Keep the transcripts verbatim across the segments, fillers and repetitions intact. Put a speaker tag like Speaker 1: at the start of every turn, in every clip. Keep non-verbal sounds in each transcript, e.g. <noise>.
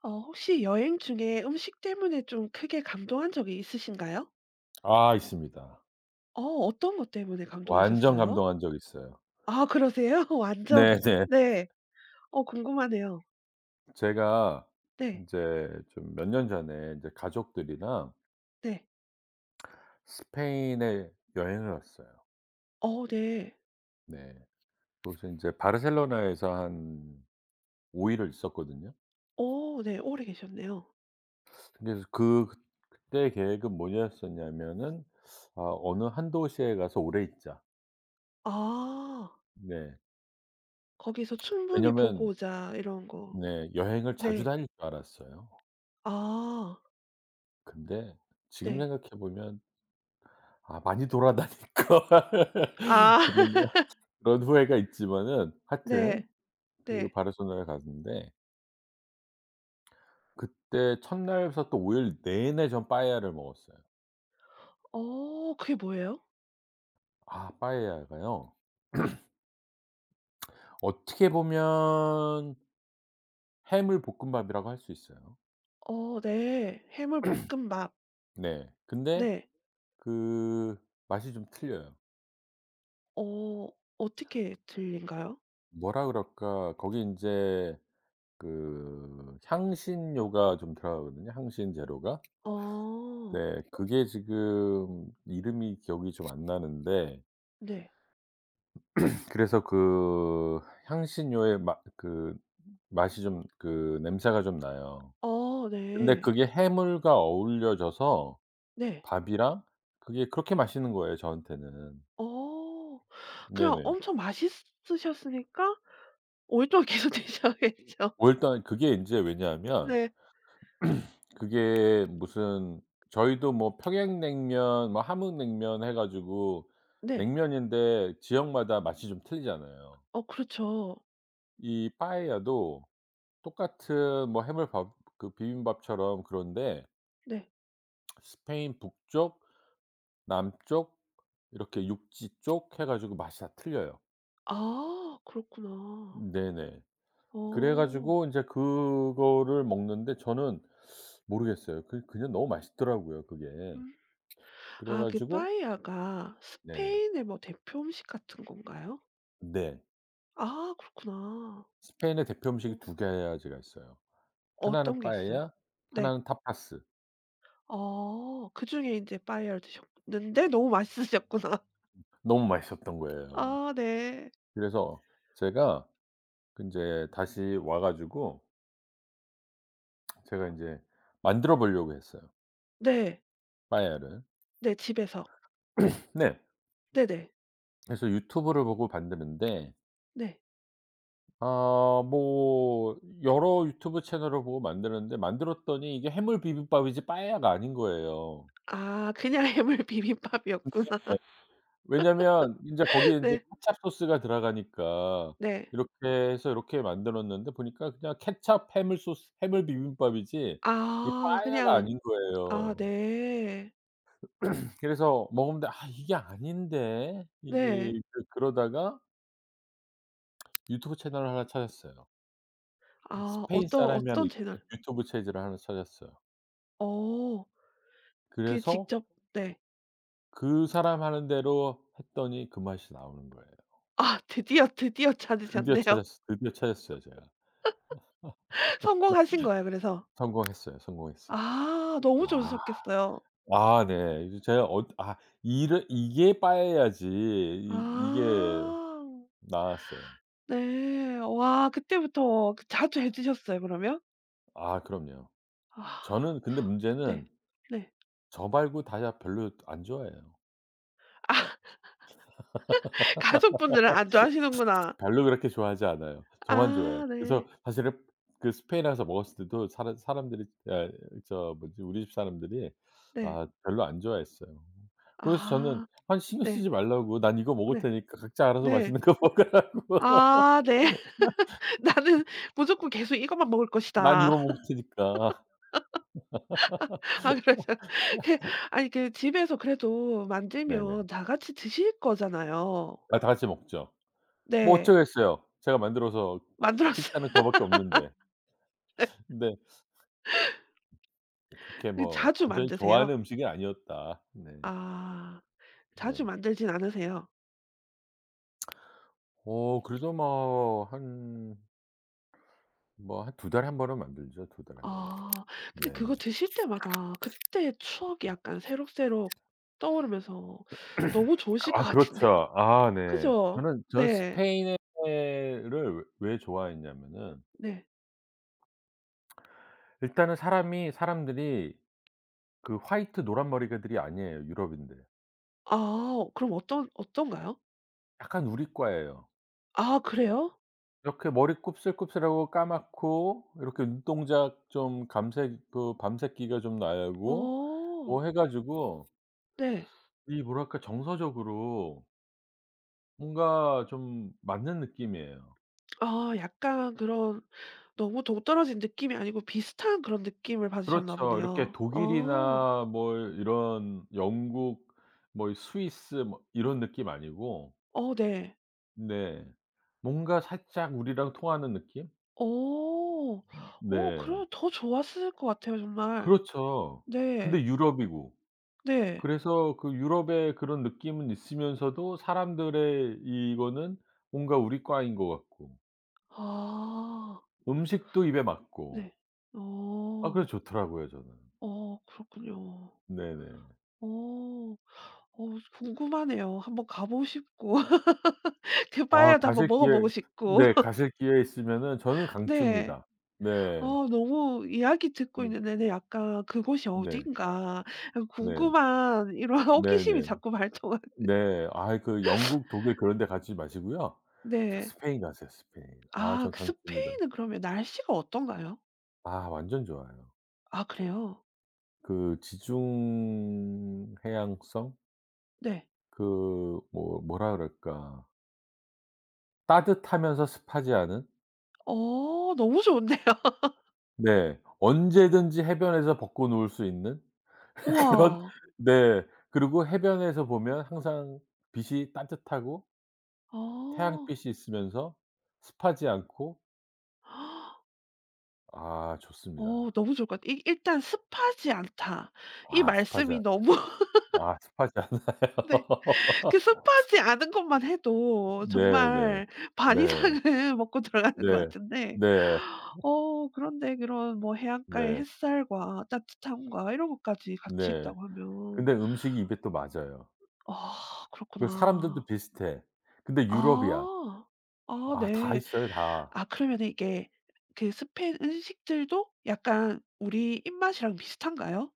Speaker 1: 어 혹시 여행 중에 음식 때문에 좀 크게 감동한 적이 있으신가요?
Speaker 2: 아 있습니다.
Speaker 1: 어 어떤 것 때문에
Speaker 2: 완전
Speaker 1: 감동하셨어요?
Speaker 2: 감동한 적 있어요.
Speaker 1: 아 그러세요? <laughs> 완전
Speaker 2: 네네.
Speaker 1: 네. 어 궁금하네요.
Speaker 2: 제가
Speaker 1: 네.
Speaker 2: 인제 좀 몇 년 전에 인제 가족들이랑
Speaker 1: 네.
Speaker 2: 스페인에 여행을 갔어요.
Speaker 1: 어 네.
Speaker 2: 네. 거기서 인제 바르셀로나에서 한 오 일을 있었거든요.
Speaker 1: 어 네. 오래 계셨네요.
Speaker 2: 그래서 그 그때 계획은 뭐였었냐면은 아 '어느 한 도시에 가서 오래 있자.'
Speaker 1: 아.
Speaker 2: 네.
Speaker 1: 거기서 충분히 보고
Speaker 2: 왜냐면
Speaker 1: 오자 이런 거.
Speaker 2: 네 여행을 자주
Speaker 1: 네.
Speaker 2: 다닐 줄 알았어요.
Speaker 1: 아.
Speaker 2: 근데 지금
Speaker 1: 네.
Speaker 2: 생각해 보면 아 많이 돌아다니까
Speaker 1: 아.
Speaker 2: <laughs> 그런
Speaker 1: <laughs>
Speaker 2: 그런 후회가 있지만은 하여튼
Speaker 1: 네.
Speaker 2: 그
Speaker 1: 네.
Speaker 2: 바르셀로나에 갔는데 그때 첫날부터 또 오일 내내 전 빠에야를 먹었어요.
Speaker 1: 어 그게 뭐예요?
Speaker 2: 아 빠에야가요
Speaker 1: 네.
Speaker 2: 어떻게 보면 해물 볶음밥이라고 할 수 있어요.
Speaker 1: 어 네. 해물 볶음밥.
Speaker 2: 네. 근데
Speaker 1: 네.
Speaker 2: 그 맛이 좀 틀려요.
Speaker 1: 어 어떻게 들린가요?
Speaker 2: 뭐라 그럴까 거기 인제 그 향신료가 좀 들어가거든요, 향신 재료가.
Speaker 1: 어.
Speaker 2: 네. 그게 지금 이름이 기억이 좀 안 나는데
Speaker 1: 네.
Speaker 2: 그래서 그 향신료의 맛 그 맛이 좀 그 냄새가 좀 나요.
Speaker 1: 어
Speaker 2: 근데
Speaker 1: 네.
Speaker 2: 그게 해물과 어울려져서
Speaker 1: 네.
Speaker 2: 밥이랑 그게 그렇게 맛있는 거예요 저한테는.
Speaker 1: 어. 그냥
Speaker 2: 네네.
Speaker 1: 엄청 맛있으셨으니까 오랫동안 계속 <laughs> 드셔야겠죠.
Speaker 2: 어 일단 그게 인제 왜냐하면
Speaker 1: 네.
Speaker 2: 그게 무슨 저희도 뭐 평양냉면 뭐 함흥냉면 해 가지고
Speaker 1: 네.
Speaker 2: 냉면인데 지역마다 맛이 좀 틀리잖아요.
Speaker 1: 어 그렇죠.
Speaker 2: 이 파에야도 똑같은 뭐 해물밥 그 비빔밥처럼 그런데
Speaker 1: 네.
Speaker 2: 스페인 북쪽, 남쪽 이렇게 육지 쪽 해 가지고 맛이 다 틀려요.
Speaker 1: 아 그렇구나.
Speaker 2: 네네. 그래
Speaker 1: 어.
Speaker 2: 가지고 인제 그거를 먹는데 저는 모르겠어요. 그 그냥 너무 맛있더라고요 그게.
Speaker 1: 음.
Speaker 2: 그래
Speaker 1: 아 그
Speaker 2: 가지고
Speaker 1: 빠에야가
Speaker 2: 네네.
Speaker 1: 스페인의 뭐 대표 음식 같은 건가요?
Speaker 2: 네.
Speaker 1: 아 그렇구나.
Speaker 2: 스페인의 대표
Speaker 1: 어.
Speaker 2: 음식이 두 가지가 있어요.
Speaker 1: 어떤
Speaker 2: 하나는
Speaker 1: 게 있어요?
Speaker 2: 빠에야
Speaker 1: 네.
Speaker 2: 하나는 타파스.
Speaker 1: 어. 그중에 인제 빠에야를 드셨는데 너무 맛있으셨구나.
Speaker 2: 너무 맛있었던
Speaker 1: <laughs>
Speaker 2: 거예요.
Speaker 1: 아 네.
Speaker 2: 그래서 제가 그 인제 다시 와 가지고 제가 이제 만들어 보려고 했어요
Speaker 1: 네.
Speaker 2: 빠에야를
Speaker 1: 네 집에서.
Speaker 2: 네.
Speaker 1: 네네.
Speaker 2: 그래서 유튜브를 보고 만드는데
Speaker 1: 네.
Speaker 2: 아 뭐 여러 유튜브 채널을 보고 만드는데 만들었더니 이게 해물 비빔밥이지 빠에야가 아닌 거예요.
Speaker 1: 아 그냥 <laughs> 해물 비빔밥이었구나.
Speaker 2: 예. 왜냐면 인제 거기에 인제
Speaker 1: 네.
Speaker 2: 케첩 소스가 들어가니까
Speaker 1: 네.
Speaker 2: 이렇게 해서 이렇게 만들었는데 보니까 그냥 케첩 해물 소스 해물 비빔밥이지 이
Speaker 1: 아
Speaker 2: 빠에야가
Speaker 1: 그냥
Speaker 2: 아닌
Speaker 1: 아
Speaker 2: 거예요.
Speaker 1: 네.
Speaker 2: 그래서 먹었는데 '아 이게 아닌데.' 이
Speaker 1: 네.
Speaker 2: 이 그 그러다가 유튜브 채널을 하나 찾았어요.
Speaker 1: 아
Speaker 2: 스페인 네.
Speaker 1: 어떤
Speaker 2: 사람이
Speaker 1: 어떤
Speaker 2: 하는
Speaker 1: 채널?
Speaker 2: 유튜브 체질을 하나 찾았어요.
Speaker 1: 어. 그
Speaker 2: 그래서
Speaker 1: 직접 네.
Speaker 2: 그 사람 하는 대로 했더니 그 맛이 나오는 거예요.
Speaker 1: 아 <laughs> 드디어, 드디어
Speaker 2: 드디어
Speaker 1: 찾으셨네요.
Speaker 2: 찾았어 드디어 찾았어요 제가.
Speaker 1: <laughs> 성공하신 거예요 그래서?
Speaker 2: 성공했어요, 성공했어요.
Speaker 1: 아 너무
Speaker 2: 아.
Speaker 1: 좋으셨겠어요.
Speaker 2: 아 네. 이제 제가 어 아 이를 이게 빠야지 이 이게
Speaker 1: 아.
Speaker 2: 나았어요.
Speaker 1: 네. 와 그때부터 그 자주 해 드셨어요 그러면?
Speaker 2: 아 그럼요.
Speaker 1: 아
Speaker 2: 저는 근데
Speaker 1: 네.
Speaker 2: 문제는
Speaker 1: 네.
Speaker 2: 저 말고 다 별로 안 좋아해요.
Speaker 1: <laughs> 가족분들은 안 좋아하시는구나.
Speaker 2: 별로 그렇게 좋아하지 않아요. 저만 좋아해요.
Speaker 1: 아
Speaker 2: 그래서
Speaker 1: 네.
Speaker 2: 사실은 그 스페인에 가서 먹었을 때도 사람 사람들이 예 저 뭐지 우리 집 사람들이
Speaker 1: 네.
Speaker 2: 아 별로 안 좋아했어요. 그래서 저는
Speaker 1: 아
Speaker 2: 아니 신경
Speaker 1: 네.
Speaker 2: 쓰지 말라고 "난 이거 먹을
Speaker 1: 네.
Speaker 2: 테니까 각자 알아서
Speaker 1: 네.
Speaker 2: 맛있는 거 <laughs> 먹으라고.
Speaker 1: 아 네. <laughs> '나는 무조건 계속 이것만 먹을
Speaker 2: 난
Speaker 1: 것이다.'
Speaker 2: 이거 먹을 테니까."
Speaker 1: <laughs> 아 그래서 그 아니 그 집에서 그래도
Speaker 2: 네네.
Speaker 1: 만들면 다 같이 드실 거잖아요.
Speaker 2: 아 다 같이 먹죠. 뭐
Speaker 1: 네.
Speaker 2: 어쩌겠어요. 제가 만들어서
Speaker 1: 만들었어요.
Speaker 2: 식사는
Speaker 1: <laughs>
Speaker 2: 그거밖에 없는데. 근데 그렇게
Speaker 1: 그
Speaker 2: 뭐
Speaker 1: 자주
Speaker 2: 완전히
Speaker 1: 만드세요?
Speaker 2: 좋아하는 음식은 아니었다. 네.
Speaker 1: 아.
Speaker 2: 네.
Speaker 1: 자주 만들진 않으세요?
Speaker 2: 어 그래도 뭐한 뭐 한 두 달에 한 번은 만들죠. 두 달에 한 번.
Speaker 1: 아. 근데
Speaker 2: 네네.
Speaker 1: 그거 드실 때마다 그때 추억이 약간 새록새록 떠오르면서 너무
Speaker 2: 그
Speaker 1: 좋으실 것
Speaker 2: 아
Speaker 1: 같은데.
Speaker 2: 그렇죠. 아
Speaker 1: <laughs>
Speaker 2: 네.
Speaker 1: 그죠?
Speaker 2: 저는 저는
Speaker 1: 네.
Speaker 2: 스페인을 왜 왜 좋아했냐면은
Speaker 1: 네.
Speaker 2: 일단은 사람이 사람들이 그 화이트 노란 머리들이 아니에요, 유럽인들.
Speaker 1: 아 그럼 어떤 어떤가요?
Speaker 2: 약간 우리과예요.
Speaker 1: 아 그래요?
Speaker 2: 이렇게 머리 곱슬곱슬하고 까맣고 이렇게 눈동자 좀 감색 그 밤새끼가 좀 나고
Speaker 1: 어
Speaker 2: 뭐 해 가지고
Speaker 1: 네.
Speaker 2: 이 뭐랄까 정서적으로 뭔가 좀 맞는 느낌이에요.
Speaker 1: 아 약간 그런 너무 동떨어진 느낌이 아니고 비슷한 그런 느낌을 받으셨나
Speaker 2: 그렇죠. 이렇게
Speaker 1: 보네요. 어.
Speaker 2: 독일이나 뭐 이런 영국 뭐 이 스위스 뭐 이런 느낌 아니고
Speaker 1: 어 네.
Speaker 2: 네. 뭔가 살짝 우리랑 통하는 느낌?
Speaker 1: 어. 어
Speaker 2: 네.
Speaker 1: 그럼 더 좋았을 것 같아요 정말.
Speaker 2: 그렇죠.
Speaker 1: 네.
Speaker 2: 근데 유럽이고.
Speaker 1: 네.
Speaker 2: 그래서 그 유럽의 그런 느낌은 있으면서도 사람들의 이거는 뭔가 우리 과인 것 같고
Speaker 1: 아
Speaker 2: 음식도 입에 맞고
Speaker 1: 네.
Speaker 2: 아
Speaker 1: 어.
Speaker 2: 그래서 좋더라고요 저는.
Speaker 1: 어 그렇군요.
Speaker 2: 네네.
Speaker 1: 어. 어 궁금하네요. 한번 가 보고 싶고 <laughs> 그
Speaker 2: 아
Speaker 1: 빠에야도 한번
Speaker 2: 가실
Speaker 1: 먹어
Speaker 2: 기회
Speaker 1: 보고 싶고.
Speaker 2: 네 가실 기회 있으면은 저는
Speaker 1: 네.
Speaker 2: 강추입니다. 네.
Speaker 1: 어 너무 이야기 듣고
Speaker 2: 네.
Speaker 1: 있는 내내 약간 '그곳이
Speaker 2: 네.
Speaker 1: 어딘가.'
Speaker 2: 네.
Speaker 1: 궁금한 이런 <laughs> 호기심이
Speaker 2: 네네.
Speaker 1: 자꾸 발동한
Speaker 2: 네. 아이 그 영국, 독일 그런 데 가지 마시고요. 저
Speaker 1: 네.
Speaker 2: 스페인 가세요, 스페인. 아
Speaker 1: 아
Speaker 2: 전
Speaker 1: 그
Speaker 2: 강추입니다.
Speaker 1: 스페인은 그러면 날씨가 어떤가요?
Speaker 2: 아 완전 좋아요.
Speaker 1: 아 그래요?
Speaker 2: 그 지중 해양성
Speaker 1: 네.
Speaker 2: 그 뭐 뭐라 그럴까. 따뜻하면서 습하지 않은
Speaker 1: 어 너무 좋은데요. <laughs>
Speaker 2: 네. 언제든지 해변에서 벗고 누울 수 있는 <laughs> 그런
Speaker 1: 우와.
Speaker 2: 네. 그리고 해변에서 보면 항상 빛이 따뜻하고
Speaker 1: 어.
Speaker 2: 태양빛이 있으면서 습하지 않고 아
Speaker 1: 어
Speaker 2: 좋습니다.
Speaker 1: 너무 좋을 것 같아. 이 일단 "습하지 않다." 이
Speaker 2: 아 습하지
Speaker 1: 말씀이
Speaker 2: 않
Speaker 1: 너무 <laughs>
Speaker 2: 아 습하지 않아요.
Speaker 1: 네. 그
Speaker 2: <laughs>
Speaker 1: 습하지 않은 것만 해도
Speaker 2: 네네.
Speaker 1: 정말 반
Speaker 2: 네.
Speaker 1: 이상은 <laughs> 먹고 들어가는 것
Speaker 2: 네.
Speaker 1: 같은데
Speaker 2: 네.
Speaker 1: 어 그런데 그런 뭐 해안가의
Speaker 2: 네.
Speaker 1: 햇살과 따뜻함과 이런 것까지 같이
Speaker 2: 네.
Speaker 1: 있다고 하면
Speaker 2: 근데 음식이 입에 또 맞아요.
Speaker 1: 아
Speaker 2: 그리고 사람들도
Speaker 1: 그렇구나.
Speaker 2: 비슷해. 근데 유럽이야.
Speaker 1: 아. 아
Speaker 2: 아 다
Speaker 1: 네.
Speaker 2: 있어요 다.
Speaker 1: 아 그러면 이게 그 스페인 음식들도 약간 우리 입맛이랑 비슷한가요?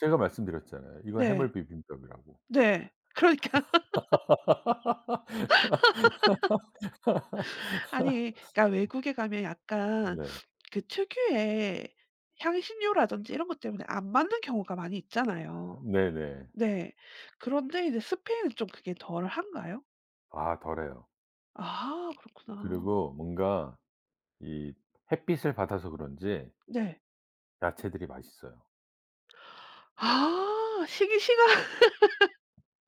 Speaker 2: 제가 말씀드렸잖아요. 이건
Speaker 1: 네.
Speaker 2: 해물 비빔밥이라고.
Speaker 1: 네. 그러니까
Speaker 2: <laughs>
Speaker 1: <laughs> 아니 그러니까 외국에 가면 약간
Speaker 2: 네.
Speaker 1: 그 특유의 향신료라든지 이런 것 때문에 안 맞는 경우가 많이 있잖아요.
Speaker 2: 네네.
Speaker 1: 네. 그런데 이제 스페인은 좀 그게 덜한가요?
Speaker 2: 아 덜해요.
Speaker 1: 아 그렇구나.
Speaker 2: 그리고 뭔가 이 햇빛을 받아서 그런지
Speaker 1: 네.
Speaker 2: 야채들이 맛있어요.
Speaker 1: 아 시기 시간 <laughs>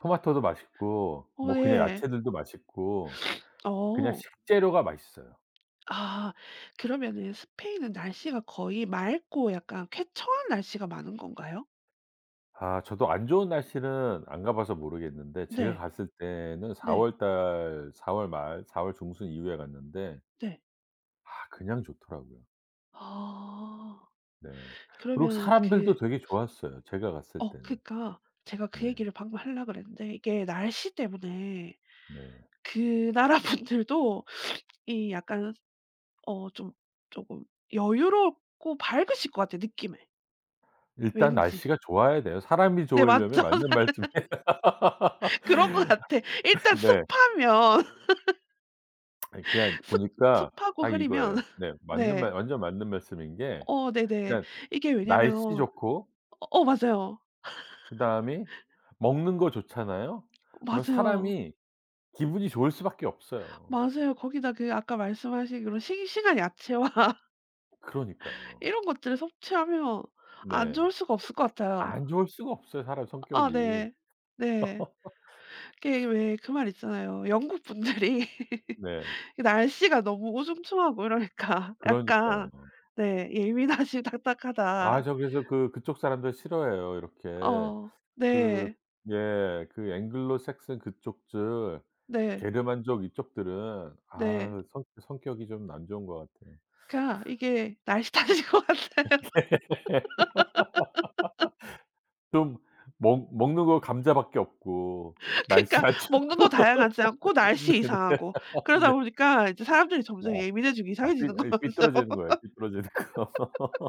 Speaker 2: 토마토도 맛있고
Speaker 1: 어
Speaker 2: 뭐 그냥
Speaker 1: 네.
Speaker 2: 야채들도 맛있고 그냥
Speaker 1: 어.
Speaker 2: 식재료가 맛있어요.
Speaker 1: 아 그러면은 스페인은 날씨가 거의 맑고 약간 쾌청한 날씨가 많은 건가요?
Speaker 2: 아 저도 안 좋은 날씨는 안 가 봐서 모르겠는데 제가
Speaker 1: 네.
Speaker 2: 갔을 때는 4
Speaker 1: 네.
Speaker 2: 월달 사월 말 사월 중순 이후에 갔는데
Speaker 1: 네.
Speaker 2: 아 그냥 좋더라고요.
Speaker 1: 아.
Speaker 2: 네. 그리고
Speaker 1: 그러면 그
Speaker 2: 사람들도 되게 좋았어요, 제가 갔을
Speaker 1: 어
Speaker 2: 때는.
Speaker 1: 그니까 제가 그
Speaker 2: 네.
Speaker 1: 얘기를 방금 하려고 그랬는데 이게 날씨 때문에
Speaker 2: 네.
Speaker 1: 그 나라 분들도 이 약간 어 좀 조금 여유롭고 밝으실 것 같아요 느낌에.
Speaker 2: 일단
Speaker 1: 왠지.
Speaker 2: 날씨가 좋아야 돼요. 사람이
Speaker 1: 네
Speaker 2: 좋으려면
Speaker 1: 맞죠.
Speaker 2: 맞는 말씀이에요.
Speaker 1: <laughs> 그런 것 같아. 일단
Speaker 2: <laughs> 네.
Speaker 1: 습하면
Speaker 2: 그냥
Speaker 1: 습
Speaker 2: 보니까
Speaker 1: 습하고
Speaker 2: 딱
Speaker 1: 흐리면
Speaker 2: 이거예요.
Speaker 1: <laughs>
Speaker 2: 네. 맞는
Speaker 1: 네.
Speaker 2: 말 완전 맞는 말씀인 게
Speaker 1: 어 네네.
Speaker 2: 그냥
Speaker 1: 이게
Speaker 2: 날씨
Speaker 1: 왜냐면
Speaker 2: 좋고
Speaker 1: 어 맞아요.
Speaker 2: 그다음에 먹는 거 좋잖아요. 그럼
Speaker 1: 맞아요.
Speaker 2: 사람이 기분이 좋을 수밖에 없어요.
Speaker 1: 맞아요. 거기다 그 아까 말씀하신 그런 싱싱한 야채와 <laughs>
Speaker 2: 그러니까요.
Speaker 1: 이런 것들을 섭취하면 안
Speaker 2: 네.
Speaker 1: 좋을 수가 없을 것 같아요.
Speaker 2: 안 좋을 수가 없어요, 사람
Speaker 1: 아
Speaker 2: 성격이.
Speaker 1: 네. 네. 이게 왜 그 말 있잖아요. 영국 분들이 <laughs>
Speaker 2: 네.
Speaker 1: 날씨가 너무 우중충하고 이러니까 <laughs>
Speaker 2: 그러니까요.
Speaker 1: 약간 네 "예민하시
Speaker 2: 아
Speaker 1: 딱딱하다."
Speaker 2: 저 그래서 그 그쪽 사람들 싫어해요. 이렇게
Speaker 1: 어
Speaker 2: 그
Speaker 1: 네.
Speaker 2: 예 그 앵글로 색슨 그쪽들
Speaker 1: 네.
Speaker 2: 게르만족 이쪽들은
Speaker 1: 네.
Speaker 2: 아 성 성격이 좀 안 좋은 것 같아요.
Speaker 1: 그러니까 이게 날씨 <laughs> 탓인 것 같아요.
Speaker 2: <laughs> 좀 먹 먹는 거 감자밖에 없고
Speaker 1: <laughs> 그러니까
Speaker 2: 날씨 안
Speaker 1: 먹는 거
Speaker 2: 좋고.
Speaker 1: 다양하지 않고 날씨
Speaker 2: 네네.
Speaker 1: 이상하고
Speaker 2: <laughs>
Speaker 1: 그러다
Speaker 2: 네.
Speaker 1: 보니까 이제 사람들이
Speaker 2: 아.
Speaker 1: 점점 예민해지고
Speaker 2: 아 삐
Speaker 1: 이상해지는
Speaker 2: 아,
Speaker 1: 거죠.
Speaker 2: 삐뚤어지는 거예요, 삐뚤어지는 거. <laughs>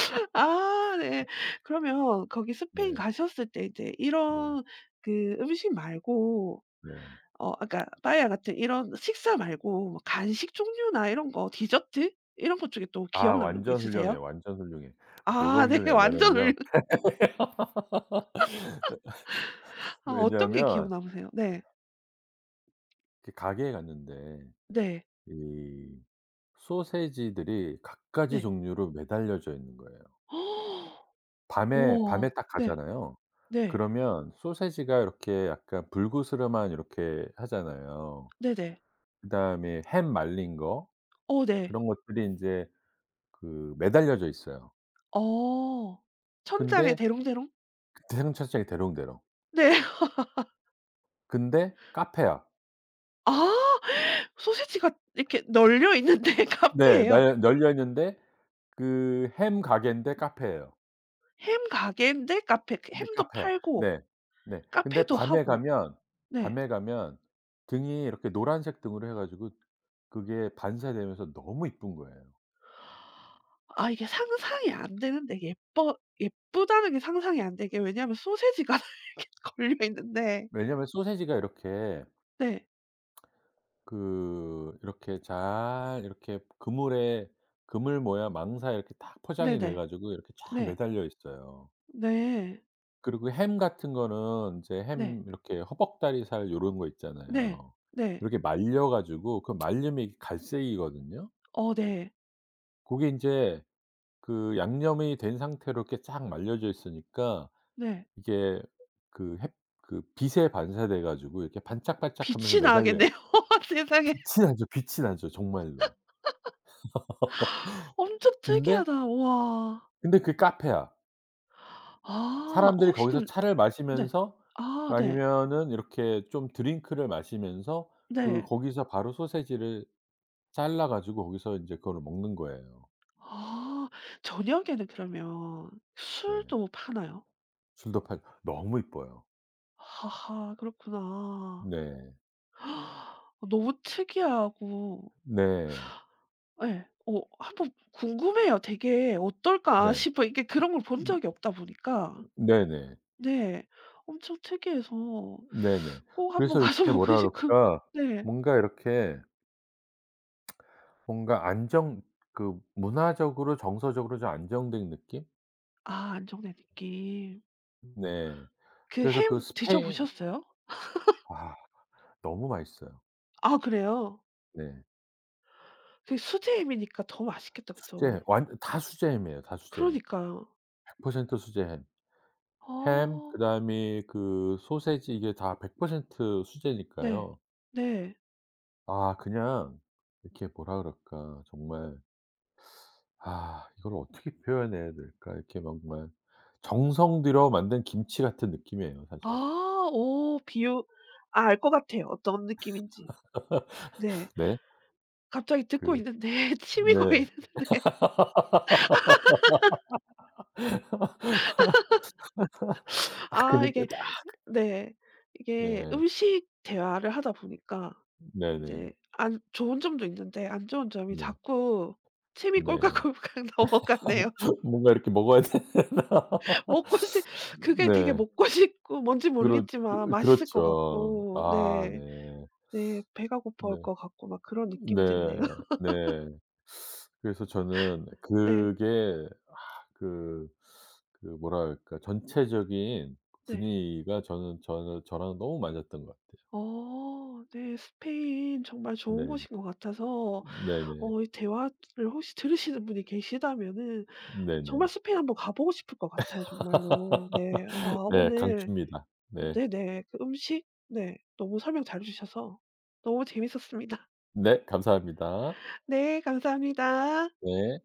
Speaker 1: <laughs> 아 네. 그러면 거기 스페인
Speaker 2: 네.
Speaker 1: 가셨을 때 이제
Speaker 2: 네.
Speaker 1: 이런 그 음식 말고
Speaker 2: 네.
Speaker 1: 어 아까 빠에야 같은 이런 식사 말고 뭐 간식 종류나 이런 거 디저트 이런 것 중에 또
Speaker 2: 아
Speaker 1: 기억 남는 게
Speaker 2: 완전 훌륭해
Speaker 1: 있으세요?
Speaker 2: 완전 훌륭해. 뭐가
Speaker 1: 아 네. <laughs> 완전
Speaker 2: 훌륭하냐면요.
Speaker 1: 울려 아 어떤 게 기억
Speaker 2: 왜냐하면
Speaker 1: 남으세요? 네.
Speaker 2: 이렇게 가게에 갔는데
Speaker 1: 네.
Speaker 2: 이 소시지들이 갖가지
Speaker 1: 네.
Speaker 2: 종류로 매달려져 있는 거예요.
Speaker 1: <gasps>
Speaker 2: 밤에 밤에
Speaker 1: 우와.
Speaker 2: 딱
Speaker 1: 네.
Speaker 2: 가잖아요.
Speaker 1: 네.
Speaker 2: 그러면 소시지가 이렇게 약간 불그스름한 이렇게 하잖아요.
Speaker 1: 네네.
Speaker 2: 그다음에 햄 말린 거
Speaker 1: 어 네.
Speaker 2: 그런 것들이 이제 그 매달려져 있어요.
Speaker 1: 어. 천장에
Speaker 2: 근데
Speaker 1: 대롱대롱?
Speaker 2: 대성차장이 대롱대롱.
Speaker 1: 네. <laughs>
Speaker 2: 근데 카페야.
Speaker 1: 아 소시지가 이렇게 널려 있는데 <laughs>
Speaker 2: 네.
Speaker 1: 카페예요.
Speaker 2: 날 열려 있는데 그 햄 가게인데 카페예요.
Speaker 1: 햄 가게인데 카페
Speaker 2: 근데
Speaker 1: 햄도
Speaker 2: 카페야.
Speaker 1: 팔고
Speaker 2: 네. 네. 근데
Speaker 1: 카페도
Speaker 2: 밤에
Speaker 1: 하고.
Speaker 2: 가면
Speaker 1: 네.
Speaker 2: 밤에 가면 등이 이렇게 노란색 등으로 해 가지고 그게 반사되면서 너무 이쁜 거예요.
Speaker 1: 아 이게 상상이 안 되는데 예뻐 예쁘다는 게 상상이 안 되게 왜냐하면 소시지가 <laughs> 이렇게 걸려 있는데
Speaker 2: 왜냐면 소시지가 이렇게
Speaker 1: 네.
Speaker 2: 그 이렇게 잘 이렇게 그물에 그물 모양 망사에 이렇게 딱 포장이 돼
Speaker 1: 네네.
Speaker 2: 가지고 이렇게 쫙
Speaker 1: 네.
Speaker 2: 매달려 있어요.
Speaker 1: 네.
Speaker 2: 그리고 햄 같은 거는 이제
Speaker 1: 네.
Speaker 2: 햄 이렇게 허벅다리살 요런 거
Speaker 1: 네.
Speaker 2: 있잖아요.
Speaker 1: 네.
Speaker 2: 이렇게 말려 가지고 그 말리면 이게 갈색이거든요.
Speaker 1: 어 네.
Speaker 2: 고게 인제 그 양념이 된 상태로 이렇게 쫙 말려져 있으니까
Speaker 1: 네.
Speaker 2: 이게 그 햇 그 빛에 반사돼 가지고 이렇게 반짝반짝하면서
Speaker 1: 빛이
Speaker 2: 매달려요.
Speaker 1: 나겠네요. <laughs> 세상에.
Speaker 2: 빛이 나죠, 빛이 나죠 정말로. <laughs>
Speaker 1: 엄청
Speaker 2: 근데
Speaker 1: 특이하다. 와
Speaker 2: 근데 그게 카페야.
Speaker 1: 아
Speaker 2: 사람들이
Speaker 1: 혹시
Speaker 2: 거기서
Speaker 1: 그럼
Speaker 2: 차를
Speaker 1: 네.
Speaker 2: 마시면서 그
Speaker 1: 아 네.
Speaker 2: 아니면은 이렇게 좀 드링크를 마시면서 그
Speaker 1: 네.
Speaker 2: 거기서 바로 소시지를 잘라 가지고 거기서 인제 그거를 먹는 거예요.
Speaker 1: 아 저녁에는 그러면
Speaker 2: 네.
Speaker 1: 술도 파나요?
Speaker 2: 줄도 팔고 너무 이뻐요.
Speaker 1: 하하 그렇구나.
Speaker 2: 네.
Speaker 1: <gasps> 너무 특이하고
Speaker 2: 네.
Speaker 1: 예. 어 한번 궁금해요. 되게 '어떨까?'
Speaker 2: 네.
Speaker 1: 싶어 이게 그런 걸 본
Speaker 2: 음
Speaker 1: 적이 없다 보니까.
Speaker 2: 네네.
Speaker 1: 네. 엄청 특이해서
Speaker 2: 네네.
Speaker 1: 꼭 한번 <laughs>
Speaker 2: 그래서
Speaker 1: 가서
Speaker 2: 이렇게
Speaker 1: 먹고
Speaker 2: 뭐라
Speaker 1: 싶고
Speaker 2: 그럴까
Speaker 1: 네.
Speaker 2: 뭔가 이렇게 뭔가 안정 그 문화적으로 정서적으로 좀 안정된 느낌?
Speaker 1: 아 안정된 느낌.
Speaker 2: 네.
Speaker 1: 그
Speaker 2: 그래서 그
Speaker 1: 햄 드셔
Speaker 2: 스페인
Speaker 1: 보셨어요?
Speaker 2: 아 너무 맛있어요.
Speaker 1: 아 그래요?
Speaker 2: 네.
Speaker 1: 그 수제 햄이니까 더 맛있겠다. 그죠?
Speaker 2: 수제 완 다 수제햄이에요. 다 수제햄.
Speaker 1: 그러니까요.
Speaker 2: 백 퍼센트 수제햄. 햄
Speaker 1: 아.
Speaker 2: 그다음에 그 소시지 이게 다 백 퍼센트
Speaker 1: 네.
Speaker 2: 수제니까요.
Speaker 1: 네.
Speaker 2: 아 그냥 이렇게 뭐라 그럴까. 정말 아 이걸 어떻게 표현해야 될까. 이렇게 정말 정성 들여 만든 김치 같은 느낌이에요 사실.
Speaker 1: 아 어 비유 아 알 것 같아요, 어떤 느낌인지. 네.
Speaker 2: 네.
Speaker 1: 갑자기 듣고
Speaker 2: 그
Speaker 1: 있는데 <laughs> 침이
Speaker 2: 네.
Speaker 1: 고이는데
Speaker 2: 딱 그
Speaker 1: 아
Speaker 2: 느낌
Speaker 1: 이게
Speaker 2: 딱
Speaker 1: 네. 이게
Speaker 2: 네.
Speaker 1: 음식 대화를 하다 보니까
Speaker 2: 네 네.
Speaker 1: 이제 안 좋은 점도 있는데 안 좋은 점이
Speaker 2: 네.
Speaker 1: 자꾸 침이
Speaker 2: 네.
Speaker 1: 꼴깍꼴깍 <laughs> 넘어가네요.
Speaker 2: 뭔가 이렇게 먹어야 되나? <laughs>
Speaker 1: 먹고 싶 그게 되게
Speaker 2: 네.
Speaker 1: 먹고 싶고 뭔지
Speaker 2: 그렇
Speaker 1: 모르겠지만
Speaker 2: 그
Speaker 1: 맛있을 것
Speaker 2: 그렇죠.
Speaker 1: 같고
Speaker 2: 아 네.
Speaker 1: 네. 네. 배가 고파올
Speaker 2: 네.
Speaker 1: 것 같고 막 그런 느낌이
Speaker 2: 네.
Speaker 1: 드네요. <laughs>
Speaker 2: 네. 그래서 저는
Speaker 1: 네.
Speaker 2: 그게 아 그 그 뭐랄까 전체적인
Speaker 1: 네.
Speaker 2: 분위기가 저는 저는 저랑 너무 맞았던 것 같아요.
Speaker 1: 어 네. 스페인 정말 좋은
Speaker 2: 네.
Speaker 1: 곳인 것 같아서
Speaker 2: 네네.
Speaker 1: 어 이 대화를 혹시 들으시는 분이 계시다면은 정말
Speaker 2: 네네.
Speaker 1: 스페인 한번 가 보고 싶을 것 같아요 정말로. 네. 아
Speaker 2: <laughs> 네
Speaker 1: 오늘
Speaker 2: 강추입니다. 네.
Speaker 1: 네네. 그 음식 네 너무 설명 잘해 주셔서 너무 재밌었습니다.
Speaker 2: 네 감사합니다.
Speaker 1: <laughs> 네 감사합니다.
Speaker 2: 네.